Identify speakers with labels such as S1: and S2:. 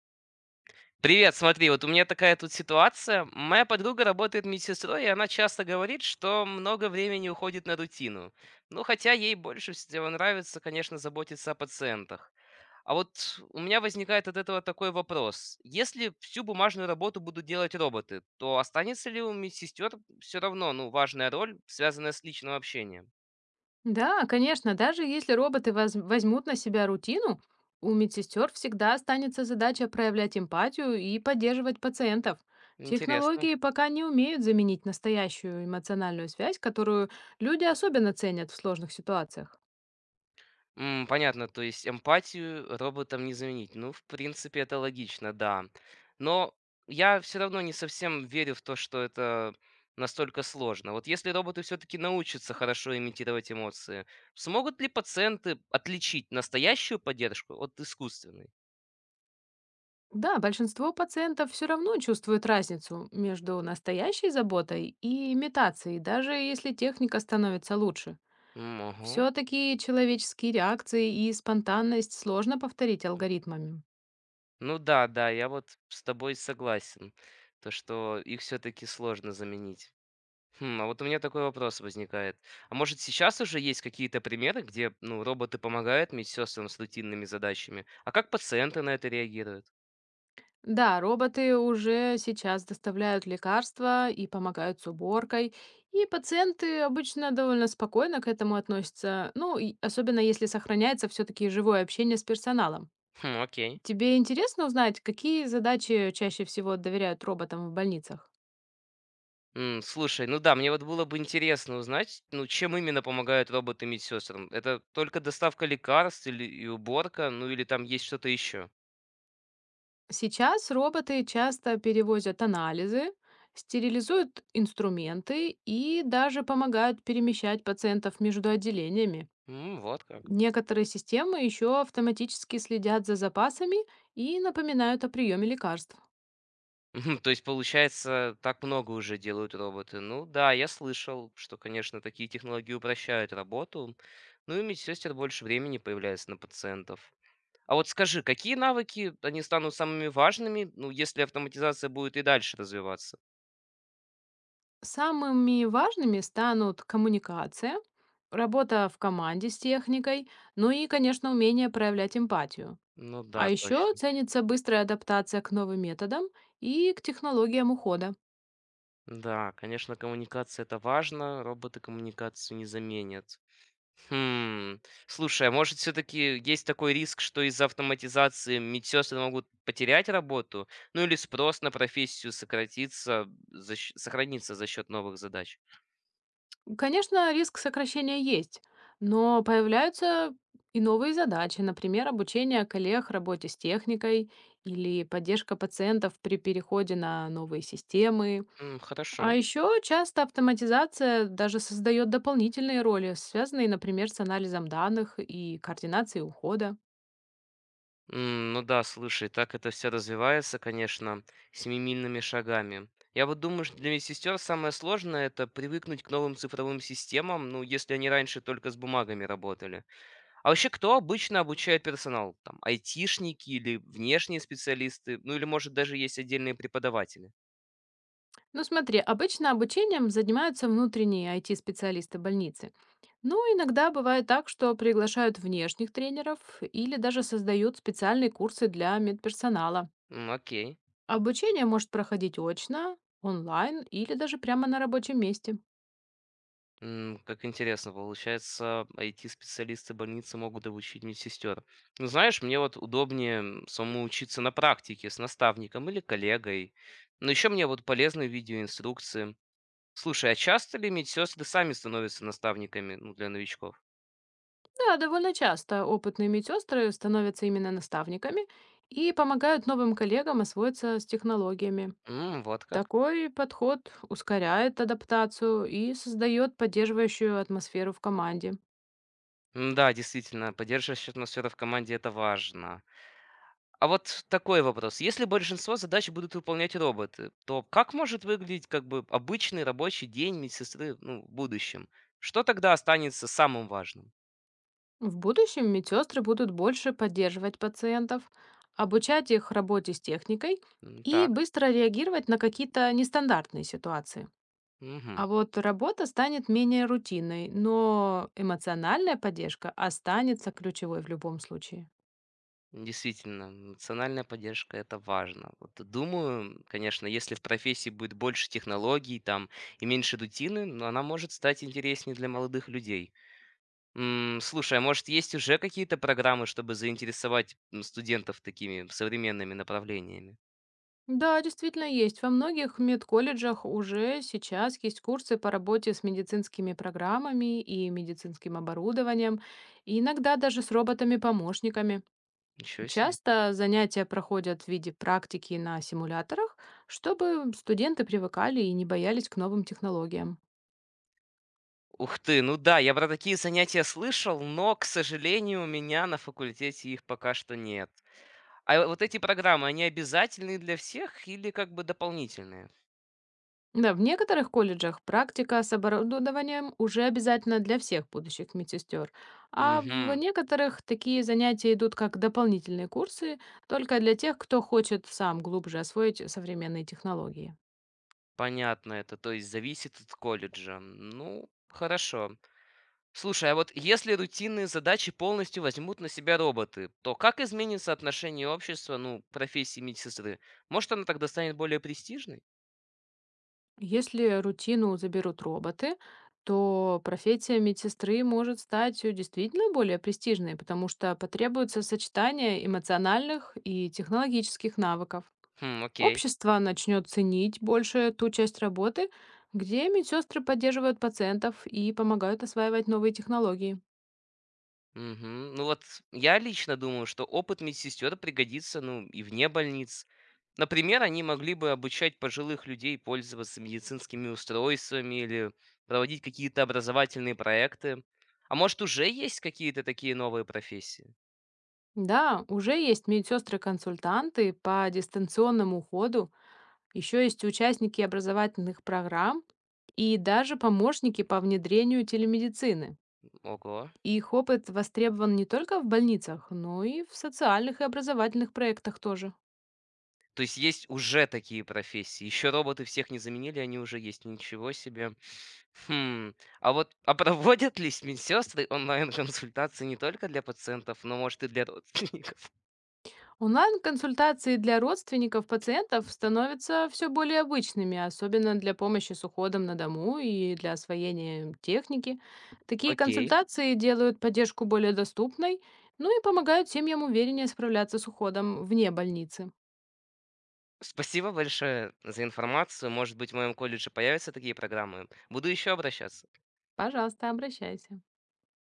S1: Привет, смотри, вот у меня такая тут ситуация. Моя подруга работает медсестрой, и она часто говорит, что много времени уходит на рутину. Ну, хотя ей больше всего нравится, конечно, заботиться о пациентах. А вот у меня возникает от этого такой вопрос. Если всю бумажную работу будут делать роботы, то останется ли у медсестер все равно, ну, важная роль, связанная с личным общением?
S2: Да, конечно, даже если роботы возьмут на себя рутину, у медсестер всегда останется задача проявлять эмпатию и поддерживать пациентов.
S1: Интересно.
S2: Технологии пока не умеют заменить настоящую эмоциональную связь, которую люди особенно ценят в сложных ситуациях.
S1: Понятно, то есть эмпатию роботам не заменить. Ну, в принципе, это логично, да. Но я все равно не совсем верю в то, что это настолько сложно. Вот если роботы все-таки научатся хорошо имитировать эмоции, смогут ли пациенты отличить настоящую поддержку от искусственной?
S2: Да, большинство пациентов все равно чувствуют разницу между настоящей заботой и имитацией, даже если техника становится лучше.
S1: М, ага.
S2: Все-таки человеческие реакции и спонтанность сложно повторить алгоритмами.
S1: Ну да, да, я вот с тобой согласен, то что их все-таки сложно заменить. Хм, а вот у меня такой вопрос возникает. А может сейчас уже есть какие-то примеры, где ну, роботы помогают медсестрам с рутинными задачами? А как пациенты на это реагируют?
S2: Да, роботы уже сейчас доставляют лекарства и помогают с уборкой, и пациенты обычно довольно спокойно к этому относятся, ну, и особенно если сохраняется все-таки живое общение с персоналом.
S1: Хм, окей.
S2: Тебе интересно узнать, какие задачи чаще всего доверяют роботам в больницах?
S1: М, слушай, ну да, мне вот было бы интересно узнать, ну чем именно помогают роботы медсестрам? Это только доставка лекарств или и уборка, ну или там есть что-то еще?
S2: Сейчас роботы часто перевозят анализы, стерилизуют инструменты и даже помогают перемещать пациентов между отделениями.
S1: Вот как.
S2: Некоторые системы еще автоматически следят за запасами и напоминают о приеме лекарств.
S1: Мгм. То есть, получается, так много уже делают роботы. Ну да, я слышал, что, конечно, такие технологии упрощают работу, ну и медсестер больше времени появляется на пациентов. А вот скажи, какие навыки они станут самыми важными, ну, если автоматизация будет и дальше развиваться?
S2: Самыми важными станут коммуникация, работа в команде с техникой, ну и, конечно, умение проявлять эмпатию.
S1: Ну
S2: А
S1: да,
S2: еще
S1: точно.
S2: ценится быстрая адаптация к новым методам и к технологиям ухода.
S1: Да, конечно, коммуникация это важно, роботы коммуникацию не заменят. Хм. Слушай, а может, все-таки есть такой риск, что из-за автоматизации медсестры могут потерять работу? Ну или спрос на профессию сократится, сохранится за счет новых задач?
S2: Конечно, риск сокращения есть, но появляются и новые задачи, например, обучение коллег работе с техникой или поддержка пациентов при переходе на новые системы.
S1: М,
S2: А
S1: хорошо.
S2: еще часто автоматизация даже создает дополнительные роли, связанные, например, с анализом данных и координацией ухода.
S1: М, ну да, слушай, так это все развивается, конечно, семимильными шагами. Я вот думаю, что для медсестер самое сложное это привыкнуть к новым цифровым системам, ну, если они раньше только с бумагами работали. А вообще, кто обычно обучает персонал? Там, айтишники или внешние специалисты? Ну, или, может, даже есть отдельные преподаватели?
S2: Ну смотри, обычно обучением занимаются внутренние IT-специалисты больницы. Ну, иногда бывает так, что приглашают внешних тренеров или даже создают специальные курсы для медперсонала.
S1: М, окей.
S2: Обучение может проходить очно, онлайн или даже прямо на рабочем месте.
S1: Как интересно, получается, IT-специалисты больницы могут обучить медсестер. Ну, знаешь, мне вот удобнее самому учиться на практике с наставником или коллегой. Но еще мне вот полезны видеоинструкции. Слушай, а часто ли медсестры сами становятся наставниками, ну, для новичков?
S2: Да, довольно часто опытные медсестры становятся именно наставниками и помогают новым коллегам освоиться с технологиями.
S1: Вот как.
S2: Такой подход ускоряет адаптацию и создает поддерживающую атмосферу в команде.
S1: М, да, действительно, поддерживающая атмосфера в команде это важно. А вот такой вопрос. Если большинство задач будут выполнять роботы, то как может выглядеть как бы обычный рабочий день медсестры ну, в будущем? Что тогда останется самым важным?
S2: В будущем медсестры будут больше поддерживать пациентов, обучать их работе с техникой
S1: М,
S2: и
S1: так,
S2: быстро реагировать на какие-то нестандартные ситуации.
S1: мгм.
S2: А вот работа станет менее рутинной, но эмоциональная поддержка останется ключевой в любом случае.
S1: Действительно, эмоциональная поддержка это важно. Вот думаю, конечно, если в профессии будет больше технологий там и меньше рутины, ну, она может стать интереснее для молодых людей. Слушай, а может есть уже какие-то программы, чтобы заинтересовать студентов такими современными направлениями?
S2: Да, действительно есть. Во многих медколледжах уже сейчас есть курсы по работе с медицинскими программами и медицинским оборудованием, и иногда даже с роботами-помощниками.
S1: Ничего себе.
S2: Часто занятия проходят в виде практики на симуляторах, чтобы студенты привыкали и не боялись к новым технологиям.
S1: Ух ты, ну да, я про такие занятия слышал, но, к сожалению, у меня на факультете их пока что нет. А вот эти программы, они обязательные для всех или как бы дополнительные?
S2: Да, в некоторых колледжах практика с оборудованием уже обязательно для всех будущих медсестер, а в
S1: Мгм.
S2: некоторых такие занятия идут как дополнительные курсы только для тех, кто хочет сам глубже освоить современные технологии.
S1: Понятно это, то есть зависит от колледжа. Ну, хорошо. Слушай, а вот если рутинные задачи полностью возьмут на себя роботы, то как изменится отношение общества, ну, к профессии медсестры? Может, она тогда станет более престижной?
S2: Если рутину заберут роботы, то профессия медсестры может стать действительно более престижной, потому что потребуется сочетание эмоциональных и технологических навыков.
S1: Хм, окей.
S2: Общество начнет ценить больше ту часть работы, где медсестры поддерживают пациентов и помогают осваивать новые технологии.
S1: Мгм. Ну вот я лично думаю, что опыт медсестер пригодится, ну, и вне больниц. Например, они могли бы обучать пожилых людей пользоваться медицинскими устройствами или проводить какие-то образовательные проекты. А может, уже есть какие-то такие новые профессии?
S2: Да, уже есть медсестры-консультанты по дистанционному уходу, еще есть участники образовательных программ и даже помощники по внедрению телемедицины.
S1: Ого.
S2: Их опыт востребован не только в больницах, но и в социальных и образовательных проектах тоже.
S1: То есть есть уже такие профессии. Еще роботы всех не заменили, они уже есть. Ничего себе. Хм. А вот а проводят ли медсестры онлайн-консультации не только для пациентов, но, может, и для родственников?
S2: Онлайн-консультации для родственников пациентов становятся все более обычными, особенно для помощи с уходом на дому и для освоения техники. Такие
S1: Окей.
S2: консультации делают поддержку более доступной, ну и помогают семьям увереннее справляться с уходом вне больницы.
S1: Спасибо большое за информацию. Может быть, в моем колледже появятся такие программы. Буду еще обращаться.
S2: Пожалуйста, обращайся.